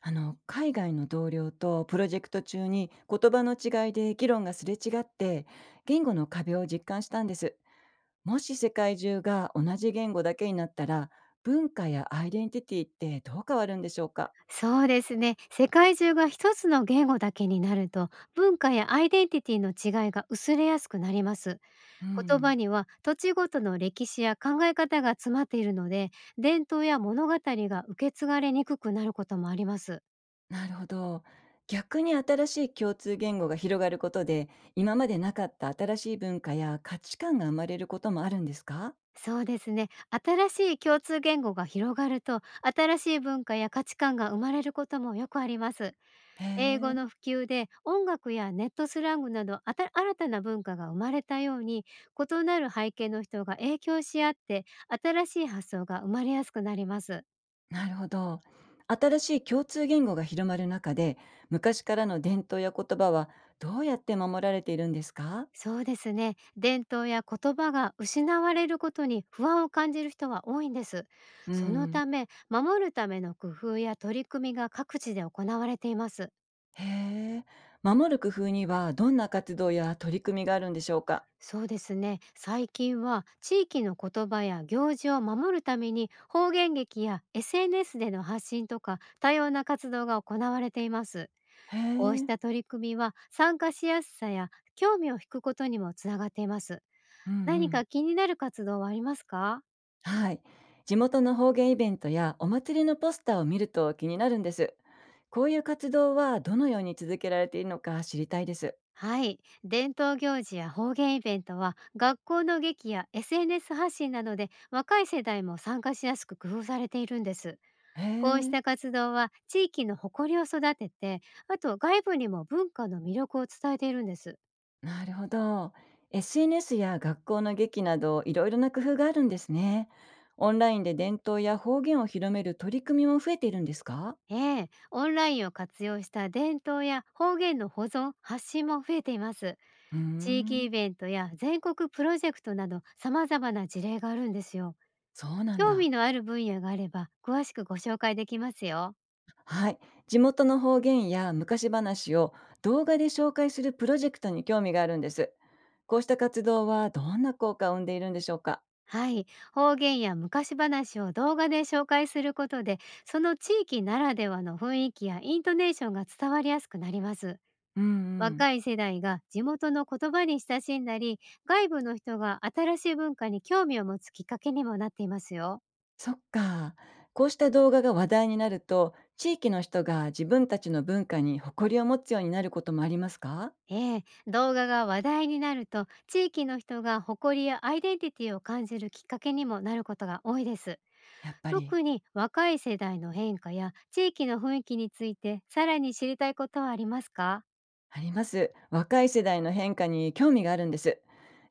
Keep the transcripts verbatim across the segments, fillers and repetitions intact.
あの海外の同僚とプロジェクト中に言葉の違いで議論がすれ違って、言語の壁を実感したんです。もし世界中が同じ言語だけになったら、文化やアイデンティティってどう変わるんでしょうか？そうですね。世界中が一つの言語だけになると、文化やアイデンティティの違いが薄れやすくなります。う言葉ん。には土地ごとの歴史や考え方が詰まっているので、伝統や物語が受け継がれにくくなることもあります。なるほど。逆に新しい共通言語が広がることで、今までなかった新しい文化や価値観が生まれることもあるんですか？そうですね。新しい共通言語が広がると、新しい文化や価値観が生まれることもよくあります。へ英語え。の普及で音楽やネットスラングなどあた新たな文化が生まれたように、異なる背景の人が影響し合って、新しい発想が生まれやすくなります。なるほど。新しい共通言語が広まる中で、昔からの伝統や言葉はどうやって守られているんですか？そうですね。伝統や言葉が失われることに不安を感じる人は多いんです。うそのん。ため、守るための工夫や取り組みが各地で行われています。へえ。守る工夫にはどんな活動や取り組みがあるんでしょうか？そうですね、最近は地域の言葉や行事を守るために方言劇や エスエヌエス での発信とか多様な活動が行われています。へこうしえ。た取り組みは参加しやすさや興味を引くことにもつながっています。うんう何ん。か気になる活動はありますか？はい。地元の方言イベントやお祭りのポスターを見ると気になるんです。こういう活動はどのように続けられているのか知りたいです。はい、伝統行事や方言イベントは学校の劇や エスエヌエス 発信などで若い世代も参加しやすく工夫されているんです。へこうしえ。た活動は地域の誇りを育てて、あと外部にも文化の魅力を伝えているんです。なるほど。エスエヌエス や学校の劇などいろいろな工夫があるんですね。オンラインで伝統や方言を広める取り組みも増えているんですか？ええ、オンラインを活用した伝統や方言の保存、発信も増えています。うー地域ん、イベントや全国プロジェクトなど様々な事例があるんですよ。そうなん興味だ。のある分野があれば詳しくご紹介できますよ。はい。地元の方言や昔話を動画で紹介するプロジェクトに興味があるんです。こうした活動はどんな効果を生んでいるんでしょうか？はい、方言や昔話を動画で紹介することで、その地域ならではの雰囲気やイントネーションが伝わりやすくなります。うんうん。若い世代が地元の言葉に親しんだり、外部の人が新しい文化に興味を持つきっかけにもなっていますよ。そっか。こうした動画が話題になると、地域の人が自分たちの文化に誇りを持つようになることもありますか？ええ、動画が話題になると、地域の人が誇りやアイデンティティを感じるきっかけにもなることが多いです。やっぱり特に若い世代の変化や地域の雰囲気についてさらに知りたいことはありますか？あります。若い世代の変化に興味があるんです。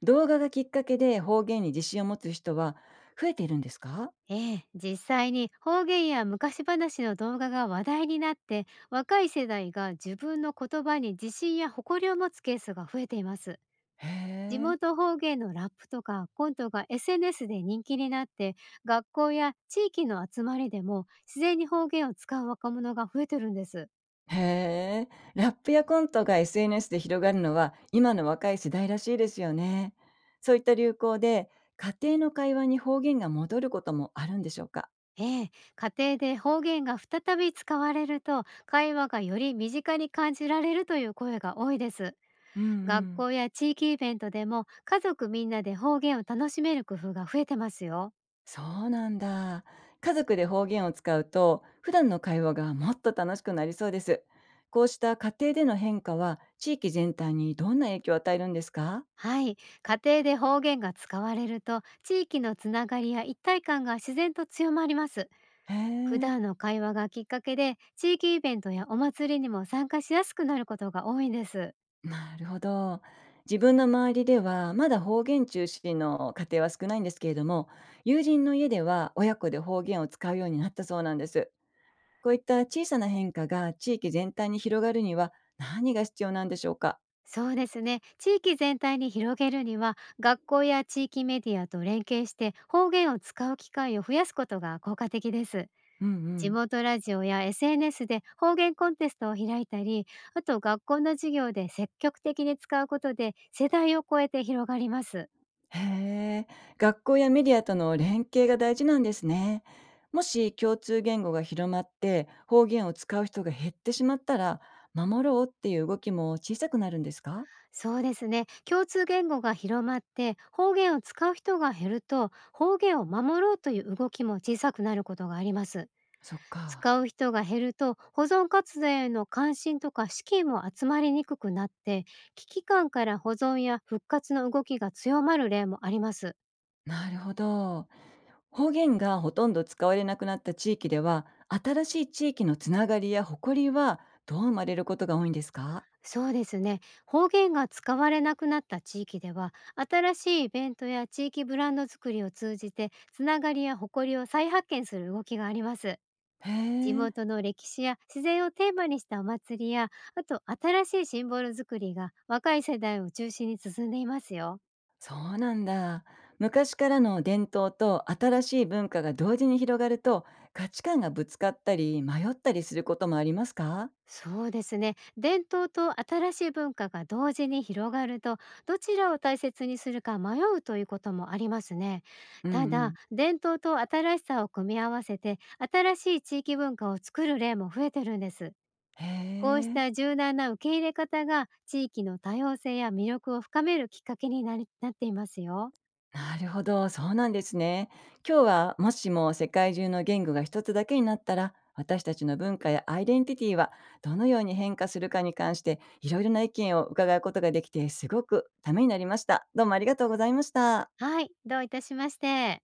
動画がきっかけで方言に自信を持つ人は増えているんですか？ええ、実際に方言や昔話の動画が話題になって、若い世代が自分の言葉に自信や誇りを持つケースが増えています。へ地え。元方言のラップとかコントが エスエヌエス で人気になって、学校や地域の集まりでも自然に方言を使う若者が増えてるんです。へえ。ラップやコントが エスエヌエス で広がるのは今の若い世代らしいですよね。そういった流行で家庭の会話に方言が戻ることもあるんでしょうか？ええ、家庭で方言が再び使われると、会話がより身近に感じられるという声が多いです。うんう学ん。校や地域イベントでも家族みんなで方言を楽しめる工夫が増えてますよ。そうなんだ。家族で方言を使うと、普段の会話がもっと楽しくなりそうです。こうした家庭での変化は、地域全体にどんな影響を与えるんですか？はい、家庭で方言が使われると地域のつながりや一体感が自然と強まります。へ普え、段の会話がきっかけで地域イベントやお祭りにも参加しやすくなることが多いんです。なるほど。自分の周りでは、まだ方言中心の家庭は少ないんですけれども、友人の家では親子で方言を使うようになったそうなんです。こういった小さな変化が地域全体に広がるには、何が必要なんでしょうか？そうですね。地域全体に広げるには、学校や地域メディアと連携して方言を使う機会を増やすことが効果的です。うんう地ん。元ラジオや エスエヌエス で方言コンテストを開いたり、あと学校の授業で積極的に使うことで世代を超えて広がります。へえ、学校やメディアとの連携が大事なんですね。もし共通言語が広まって方言を使う人が減ってしまったら、守ろうっていう動きも小さくなるんですか？そうですね。共通言語が広まって方言を使う人が減ると、方言を守ろうという動きも小さくなることがあります。そっか。使う人が減ると保存活動への関心とか資金も集まりにくくなって、危機感から保存や復活の動きが強まる例もあります。なるほど。方言がほとんど使われなくなった地域では、新しい地域のつながりや誇りはどう生まれることが多いんですか？そうですね。方言が使われなくなった地域では、新しいイベントや地域ブランド作りを通じて、つながりや誇りを再発見する動きがあります。へ地え。元の歴史や自然をテーマにしたお祭りや、あと新しいシンボル作りが若い世代を中心に進んでいますよ。そうなんだ。昔からの伝統と新しい文化が同時に広がると、価値観がぶつかったり迷ったりすることもありますか？そうですね。伝統と新しい文化が同時に広がると、どちらを大切にするか迷うということもありますね。うんうただ、ん。伝統と新しさを組み合わせて、新しい地域文化を作る例も増えてるんです。へこうしたえ。柔軟な受け入れ方が、地域の多様性や魅力を深めるきっかけになりなっていますよ。なるほど。そうなんですね。今日はもしも世界中の言語が一つだけになったら私たちの文化やアイデンティティはどのように変化するかに関していろいろな意見を伺うことができてすごくためになりました。どうもありがとうございました。はい、どういたしまして。